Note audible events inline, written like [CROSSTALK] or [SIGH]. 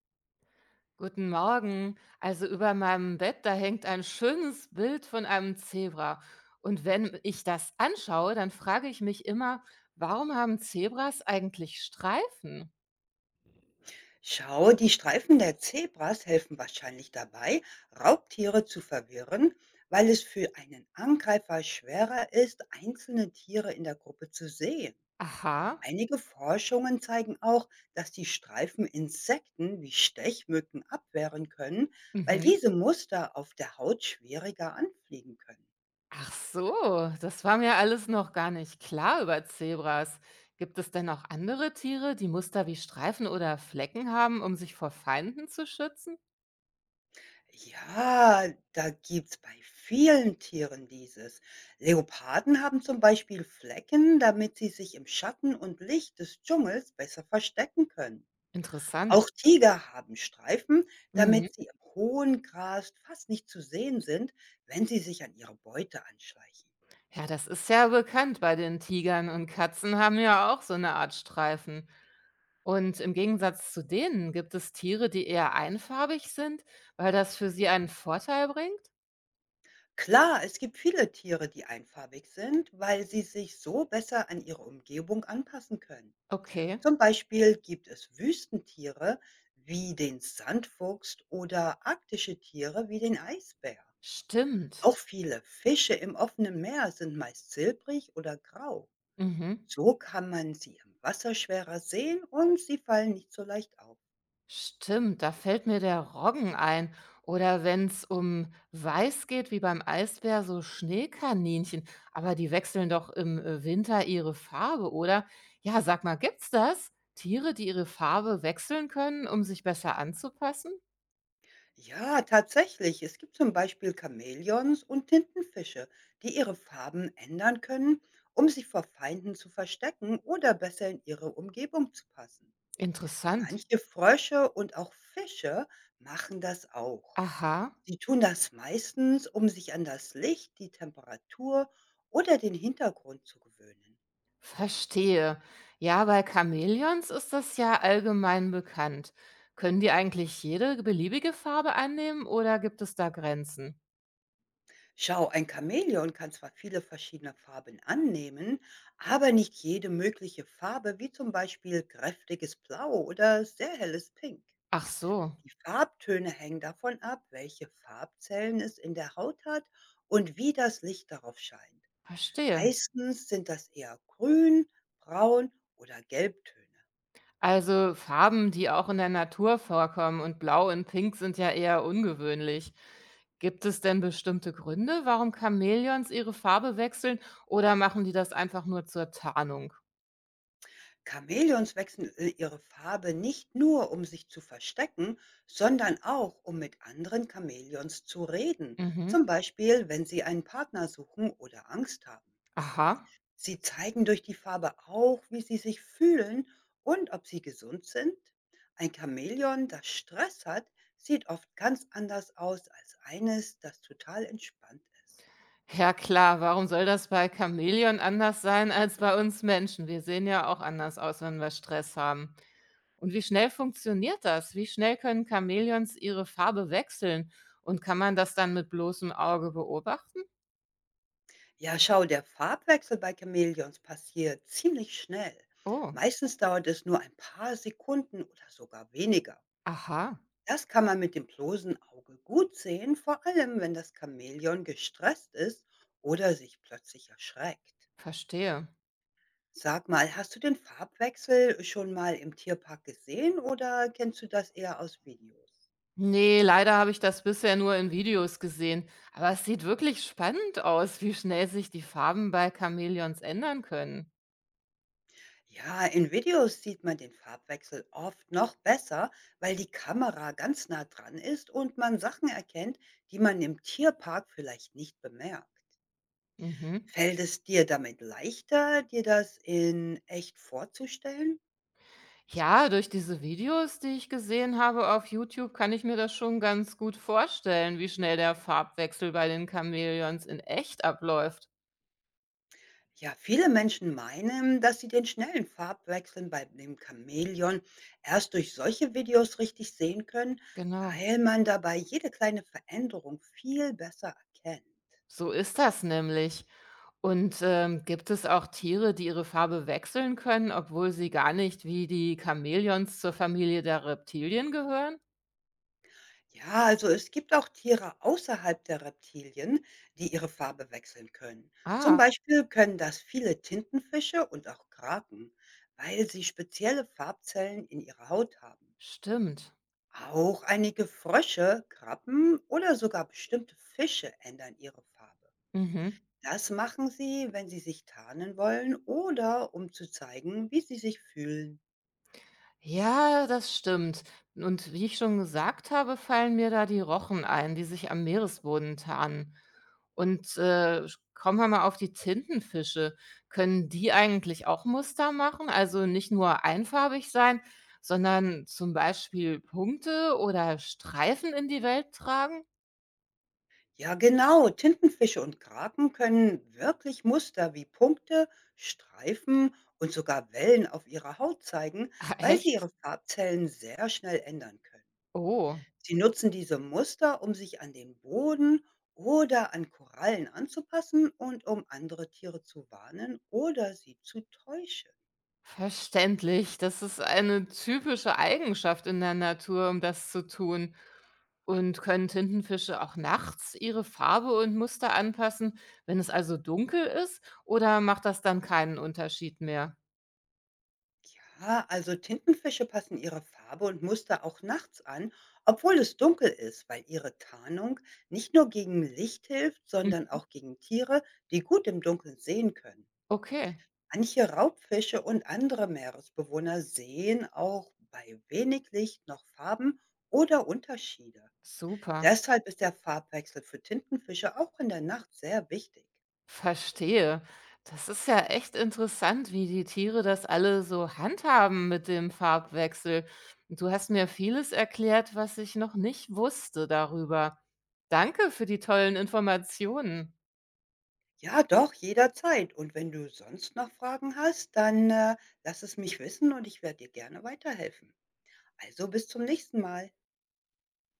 Guten Morgen. Also über meinem Bett, da hängt ein schönes Bild von einem Zebra. Und wenn ich das anschaue, dann frage ich mich immer, warum haben Zebras eigentlich Streifen? Schau, die Streifen der Zebras helfen wahrscheinlich dabei, Raubtiere zu verwirren, weil es für einen Angreifer schwerer ist, einzelne Tiere in der Gruppe zu sehen. Aha. Einige Forschungen zeigen auch, dass die Streifen Insekten wie Stechmücken abwehren können, weil Mhm. diese Muster auf der Haut schwieriger anfliegen können. Ach so, das war mir alles noch gar nicht klar über Zebras. Gibt es denn auch andere Tiere, die Muster wie Streifen oder Flecken haben, um sich vor Feinden zu schützen? Ja, da gibt's bei vielen Tieren dieses. Leoparden haben zum Beispiel Flecken, damit sie sich im Schatten und Licht des Dschungels besser verstecken können. Interessant. Auch Tiger haben Streifen, Mhm. damit sie im hohen Gras fast nicht zu sehen sind, wenn sie sich an ihre Beute anschleichen. Ja, das ist ja bekannt bei den Tigern, und Katzen haben ja auch so eine Art Streifen. Und im Gegensatz zu denen, gibt es Tiere, die eher einfarbig sind, weil das für sie einen Vorteil bringt? Klar, es gibt viele Tiere, die einfarbig sind, weil sie sich so besser an ihre Umgebung anpassen können. Okay, Zum Beispiel gibt es Wüstentiere wie den Sandfuchs oder arktische Tiere wie den Eisbär. stimmt. Auch viele Fische im offenen Meer sind meist silbrig oder grau. Mhm. So kann man sie im Wasser schwerer sehen und sie fallen nicht so leicht auf. Stimmt, da fällt mir der Roggen ein. Oder wenn es um Weiß geht, wie beim Eisbär, so Schneekaninchen. Aber die wechseln doch im Winter ihre Farbe, oder? Ja, sag mal, gibt's das? Tiere, die ihre Farbe wechseln können, um sich besser anzupassen? Ja, tatsächlich. Es gibt zum Beispiel Chamäleons und Tintenfische, die ihre Farben ändern können, um sich vor Feinden zu verstecken oder besser in ihre Umgebung zu passen. Interessant. Manche Frösche und auch Fische machen das auch. Aha, Sie tun das meistens, um sich an das Licht, die Temperatur oder den Hintergrund zu gewöhnen. verstehe. Ja, bei Chamäleons ist das ja allgemein bekannt. Können die eigentlich jede beliebige Farbe annehmen oder gibt es da Grenzen? Schau, ein Chamäleon kann zwar viele verschiedene Farben annehmen, aber nicht jede mögliche Farbe, wie zum Beispiel kräftiges Blau oder sehr helles Pink. Ach so, Die Farbtöne hängen davon ab, welche Farbzellen es in der Haut hat und wie das Licht darauf scheint. verstehe. Meistens sind das eher Grün, Braun oder Gelbtöne. Also Farben, die auch in der Natur vorkommen, und Blau und Pink sind ja eher ungewöhnlich. Gibt es denn bestimmte Gründe, warum Chamäleons ihre Farbe wechseln, oder machen die das einfach nur zur Tarnung? Chamäleons wechseln i ihre Farbe nicht nur, um sich zu verstecken, sondern auch, um mit anderen Chamäleons zu reden, zum Mhm. Beispiel, wenn sie einen Partner suchen oder Angst haben. Aha. Sie zeigen durch die Farbe auch, wie sie sich fühlen und ob sie gesund sind. Ein Chamäleon, das Stress hat, sieht oft ganz anders aus als eines, das total entspannt ist. Ja klar, warum soll das bei Chamäleon anders sein als bei uns Menschen? Wir sehen ja auch anders aus, wenn wir Stress haben. Und wie schnell funktioniert das? Wie schnell können Chamäleons ihre Farbe wechseln? Und kann man das dann mit bloßem Auge beobachten? Ja, schau, der Farbwechsel bei Chamäleons passiert ziemlich schnell. Oh, Meistens dauert es nur ein paar Sekunden oder sogar weniger. aha. Das kann man mit dem bloßen Auge gut sehen, vor allem wenn das Chamäleon gestresst ist oder sich plötzlich erschreckt. Verstehe. Sag mal, hast du den Farbwechsel schon mal im Tierpark gesehen oder kennst du das eher aus Videos? Ne, leider habe ich das bisher nur in Videos gesehen, aber es sieht wirklich spannend aus, wie schnell sich die Farben bei Chamäleons ändern können. Ja, in Videos sieht man den Farbwechsel oft noch besser, weil die Kamera ganz nah dran ist und man Sachen erkennt, die man im Tierpark vielleicht nicht bemerkt. Mhm. Fällt es dir damit leichter, dir das in echt vorzustellen? Ja, durch diese Videos, die ich gesehen habe auf YouTube, kann ich mir das schon ganz gut vorstellen, wie schnell der Farbwechsel bei den Chamäleons in echt abläuft. Ja, viele Menschen meinen, dass sie den schnellen Farbwechseln bei dem Chamäleon erst durch solche Videos richtig sehen können, Genau. weil man dabei jede kleine Veränderung viel besser erkennt. So ist das nämlich. Und, gibt es auch Tiere, die ihre Farbe wechseln können, obwohl sie gar nicht wie die Chamäleons zur Familie der Reptilien gehören? Ja, also es gibt auch Tiere außerhalb der Reptilien, die ihre Farbe wechseln können. Zum Ah, Beispiel können das viele Tintenfische und auch Kraken, weil sie spezielle Farbzellen in ihrer Haut haben. stimmt. Auch einige Frösche, Krabben oder sogar bestimmte Fische ändern ihre Farbe. Mhm. Das machen sie, wenn sie sich tarnen wollen oder um zu zeigen, wie sie sich fühlen. Ja, das stimmt. Und wie ich schon gesagt habe, fallen mir da die Rochen ein, die sich am Meeresboden tarnen. Und kommen wir mal auf die Tintenfische. Können die eigentlich auch Muster machen? Also nicht nur einfarbig sein, sondern zum Beispiel Punkte oder Streifen in die Welt tragen? Ja, genau. Tintenfische und Kraken können wirklich Muster wie Punkte, Streifen und sogar Wellen auf ihrer Haut zeigen, [LAUGHS] weil sie Echt? ihre Farbzellen sehr schnell ändern können. Oh. Sie nutzen diese Muster, um sich an den Boden oder an Korallen anzupassen und um andere Tiere zu warnen oder sie zu täuschen. Verständlich, das ist eine typische Eigenschaft in der Natur, um das zu tun. Und können Tintenfische auch nachts ihre Farbe und Muster anpassen, wenn es also dunkel ist? Oder macht das dann keinen Unterschied mehr? Ja, also Tintenfische passen ihre Farbe und Muster auch nachts an, obwohl es dunkel ist, weil ihre Tarnung nicht nur gegen Licht hilft, sondern Mhm. auch gegen Tiere, die gut im Dunkeln sehen können. Okay, Manche Raubfische und andere Meeresbewohner sehen auch bei wenig Licht noch Farben oder Unterschiede. super. Deshalb ist der Farbwechsel für Tintenfische auch in der Nacht sehr wichtig. Verstehe. Das ist ja echt interessant, wie die Tiere das alle so handhaben mit dem Farbwechsel. Du hast mir vieles erklärt, was ich noch nicht wusste darüber. Danke für die tollen Informationen. Ja, doch, jederzeit. Und wenn du sonst noch Fragen hast, dann, lass es mich wissen und ich werde dir gerne weiterhelfen. Also, bis zum nächsten Mal.